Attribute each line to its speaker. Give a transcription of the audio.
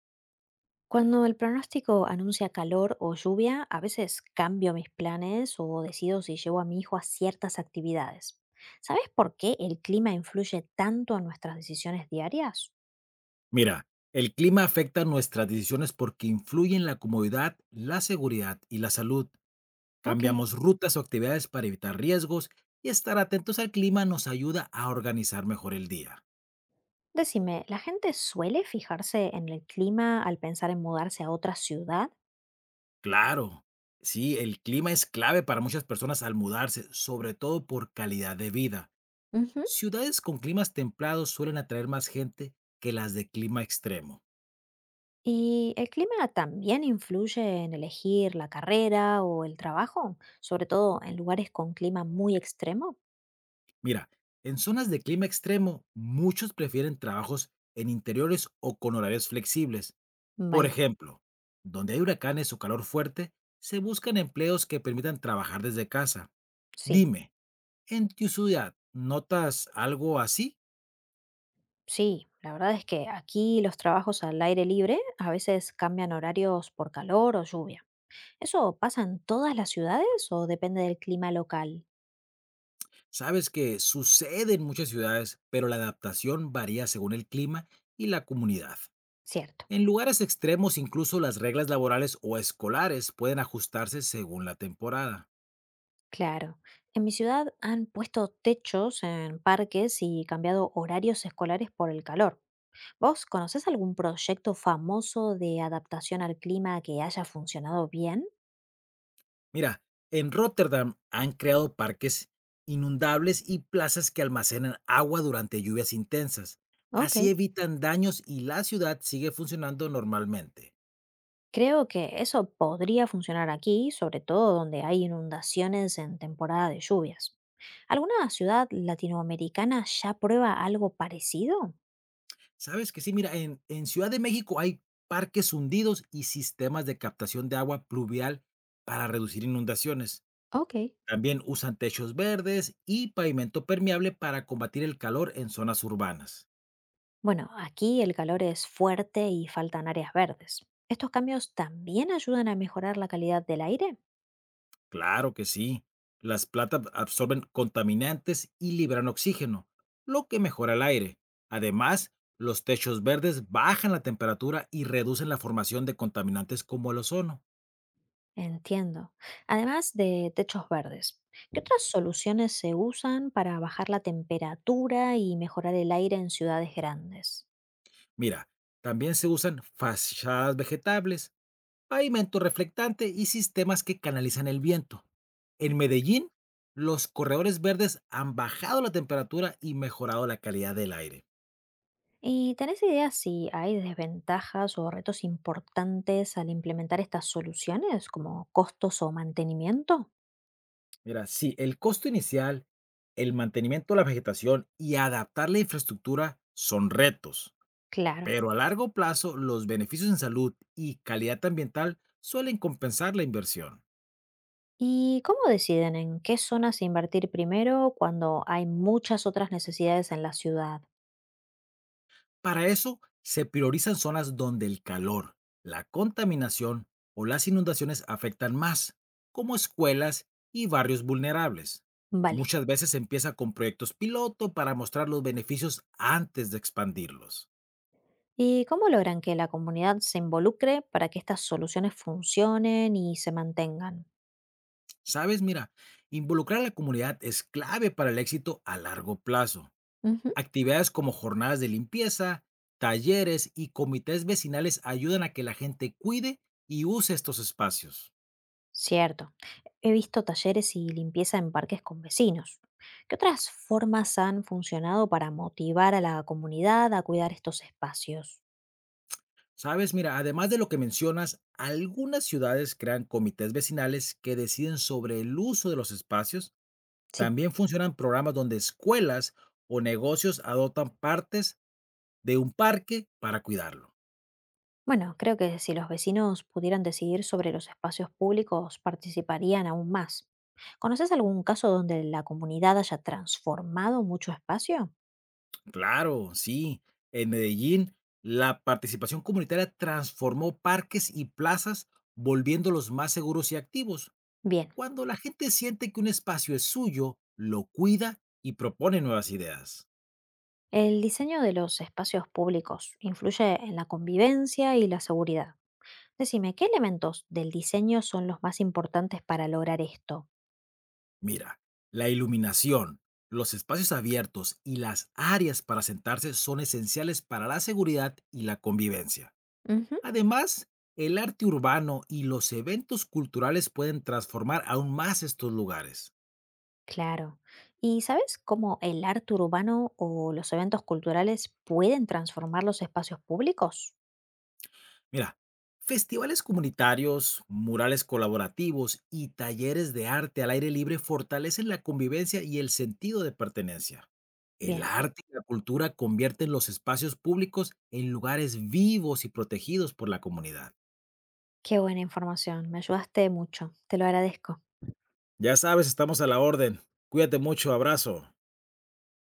Speaker 1: Cuando el pronóstico anuncia calor o lluvia, a veces cambio mis planes o decido si llevo a mi hijo a ciertas actividades. ¿Sabes por qué el clima influye tanto en nuestras decisiones diarias?
Speaker 2: Mira, el clima afecta nuestras decisiones porque influye en la comodidad, la seguridad y la salud.
Speaker 1: Ok.
Speaker 2: Cambiamos rutas o actividades para evitar riesgos y estar atentos al clima nos ayuda a organizar mejor el día.
Speaker 1: Decime, ¿la gente suele fijarse en el clima al pensar en mudarse a otra ciudad?
Speaker 2: Claro, sí, el clima es clave para muchas personas al mudarse, sobre todo por calidad de vida.
Speaker 1: Ujú.
Speaker 2: Ciudades con climas templados suelen atraer más gente que las de clima extremo.
Speaker 1: ¿Y el clima también influye en elegir la carrera o el trabajo, sobre todo en lugares con clima muy extremo?
Speaker 2: Mira, en zonas de clima extremo, muchos prefieren trabajos en interiores o con horarios flexibles. Por
Speaker 1: Vale.
Speaker 2: ejemplo, donde hay huracanes o calor fuerte, se buscan empleos que permitan trabajar desde casa.
Speaker 1: Sí.
Speaker 2: Dime, ¿en tu ciudad notas algo así?
Speaker 1: Sí, la verdad es que aquí los trabajos al aire libre a veces cambian horarios por calor o lluvia. ¿Eso pasa en todas las ciudades o depende del clima local?
Speaker 2: Sabes que sucede en muchas ciudades, pero la adaptación varía según el clima y la comunidad.
Speaker 1: Cierto,
Speaker 2: En lugares extremos, incluso las reglas laborales o escolares pueden ajustarse según la temporada.
Speaker 1: claro. En mi ciudad han puesto techos en parques y cambiado horarios escolares por el calor. ¿Vos conocés algún proyecto famoso de adaptación al clima que haya funcionado bien?
Speaker 2: Mira, en Rotterdam han creado parques inundables y plazas que almacenan agua durante lluvias intensas.
Speaker 1: Ok.
Speaker 2: Así evitan daños y la ciudad sigue funcionando normalmente.
Speaker 1: Creo que eso podría funcionar aquí, sobre todo donde hay inundaciones en temporada de lluvias. ¿Alguna ciudad latinoamericana ya prueba algo parecido?
Speaker 2: Sabes que sí, mira, en Ciudad de México hay parques hundidos y sistemas de captación de agua pluvial para reducir inundaciones.
Speaker 1: Ok.
Speaker 2: También usan techos verdes y pavimento permeable para combatir el calor en zonas urbanas.
Speaker 1: Bueno, aquí el calor es fuerte y faltan áreas verdes. ¿Estos cambios también ayudan a mejorar la calidad del aire?
Speaker 2: Claro que sí. Las plantas absorben contaminantes y liberan oxígeno, lo que mejora el aire. Además, los techos verdes bajan la temperatura y reducen la formación de contaminantes como el ozono.
Speaker 1: Entiendo. Además de techos verdes, ¿qué otras soluciones se usan para bajar la temperatura y mejorar el aire en ciudades grandes?
Speaker 2: Mira, también se usan fachadas vegetables, pavimento reflectante y sistemas que canalizan el viento. En Medellín, los corredores verdes han bajado la temperatura y mejorado la calidad del aire.
Speaker 1: ¿Y tenés idea si hay desventajas o retos importantes al implementar estas soluciones, como costos o mantenimiento?
Speaker 2: Mira, sí, el costo inicial, el mantenimiento de la vegetación y adaptar la infraestructura son retos,
Speaker 1: Claro.
Speaker 2: pero a largo plazo los beneficios en salud y calidad ambiental suelen compensar la inversión.
Speaker 1: ¿Y cómo deciden en qué zonas invertir primero cuando hay muchas otras necesidades en la ciudad?
Speaker 2: Para eso se priorizan zonas donde el calor, la contaminación o las inundaciones afectan más, como escuelas y barrios vulnerables.
Speaker 1: Vale.
Speaker 2: Muchas veces se empieza con proyectos piloto para mostrar los beneficios antes de expandirlos.
Speaker 1: ¿Y cómo logran que la comunidad se involucre para que estas soluciones funcionen y se mantengan?
Speaker 2: ¿Sabes? Mira, involucrar a la comunidad es clave para el éxito a largo plazo.
Speaker 1: Ujú.
Speaker 2: Actividades como jornadas de limpieza, talleres y comités vecinales ayudan a que la gente cuide y use estos espacios.
Speaker 1: Cierto. He visto talleres y limpieza en parques con vecinos. ¿Qué otras formas han funcionado para motivar a la comunidad a cuidar estos espacios?
Speaker 2: ¿Sabes? Mira, además de lo que mencionas, algunas ciudades crean comités vecinales que deciden sobre el uso de los espacios.
Speaker 1: Sí.
Speaker 2: También funcionan programas donde escuelas o negocios adoptan partes de un parque para cuidarlo.
Speaker 1: Bueno, creo que si los vecinos pudieran decidir sobre los espacios públicos, participarían aún más. ¿Conoces algún caso donde la comunidad haya transformado mucho espacio?
Speaker 2: Claro, sí. En Medellín, la participación comunitaria transformó parques y plazas, volviéndolos más seguros y activos.
Speaker 1: Bien,
Speaker 2: Cuando la gente siente que un espacio es suyo, lo cuida y propone nuevas ideas.
Speaker 1: el diseño de los espacios públicos influye en la convivencia y la seguridad. Decime, ¿qué elementos del diseño son los más importantes para lograr esto?
Speaker 2: Mira, la iluminación, los espacios abiertos y las áreas para sentarse son esenciales para la seguridad y la convivencia.
Speaker 1: Ujú.
Speaker 2: Además, el arte urbano y los eventos culturales pueden transformar aún más estos lugares.
Speaker 1: Claro. ¿Y sabes cómo el arte urbano o los eventos culturales pueden transformar los espacios públicos?
Speaker 2: Mira, festivales comunitarios, murales colaborativos y talleres de arte al aire libre fortalecen la convivencia y el sentido de pertenencia. El
Speaker 1: Bien,
Speaker 2: arte y la cultura convierten los espacios públicos en lugares vivos y protegidos por la comunidad.
Speaker 1: qué buena información. Me ayudaste mucho. Te lo agradezco.
Speaker 2: Ya sabes, estamos a la orden. Cuídate mucho, abrazo.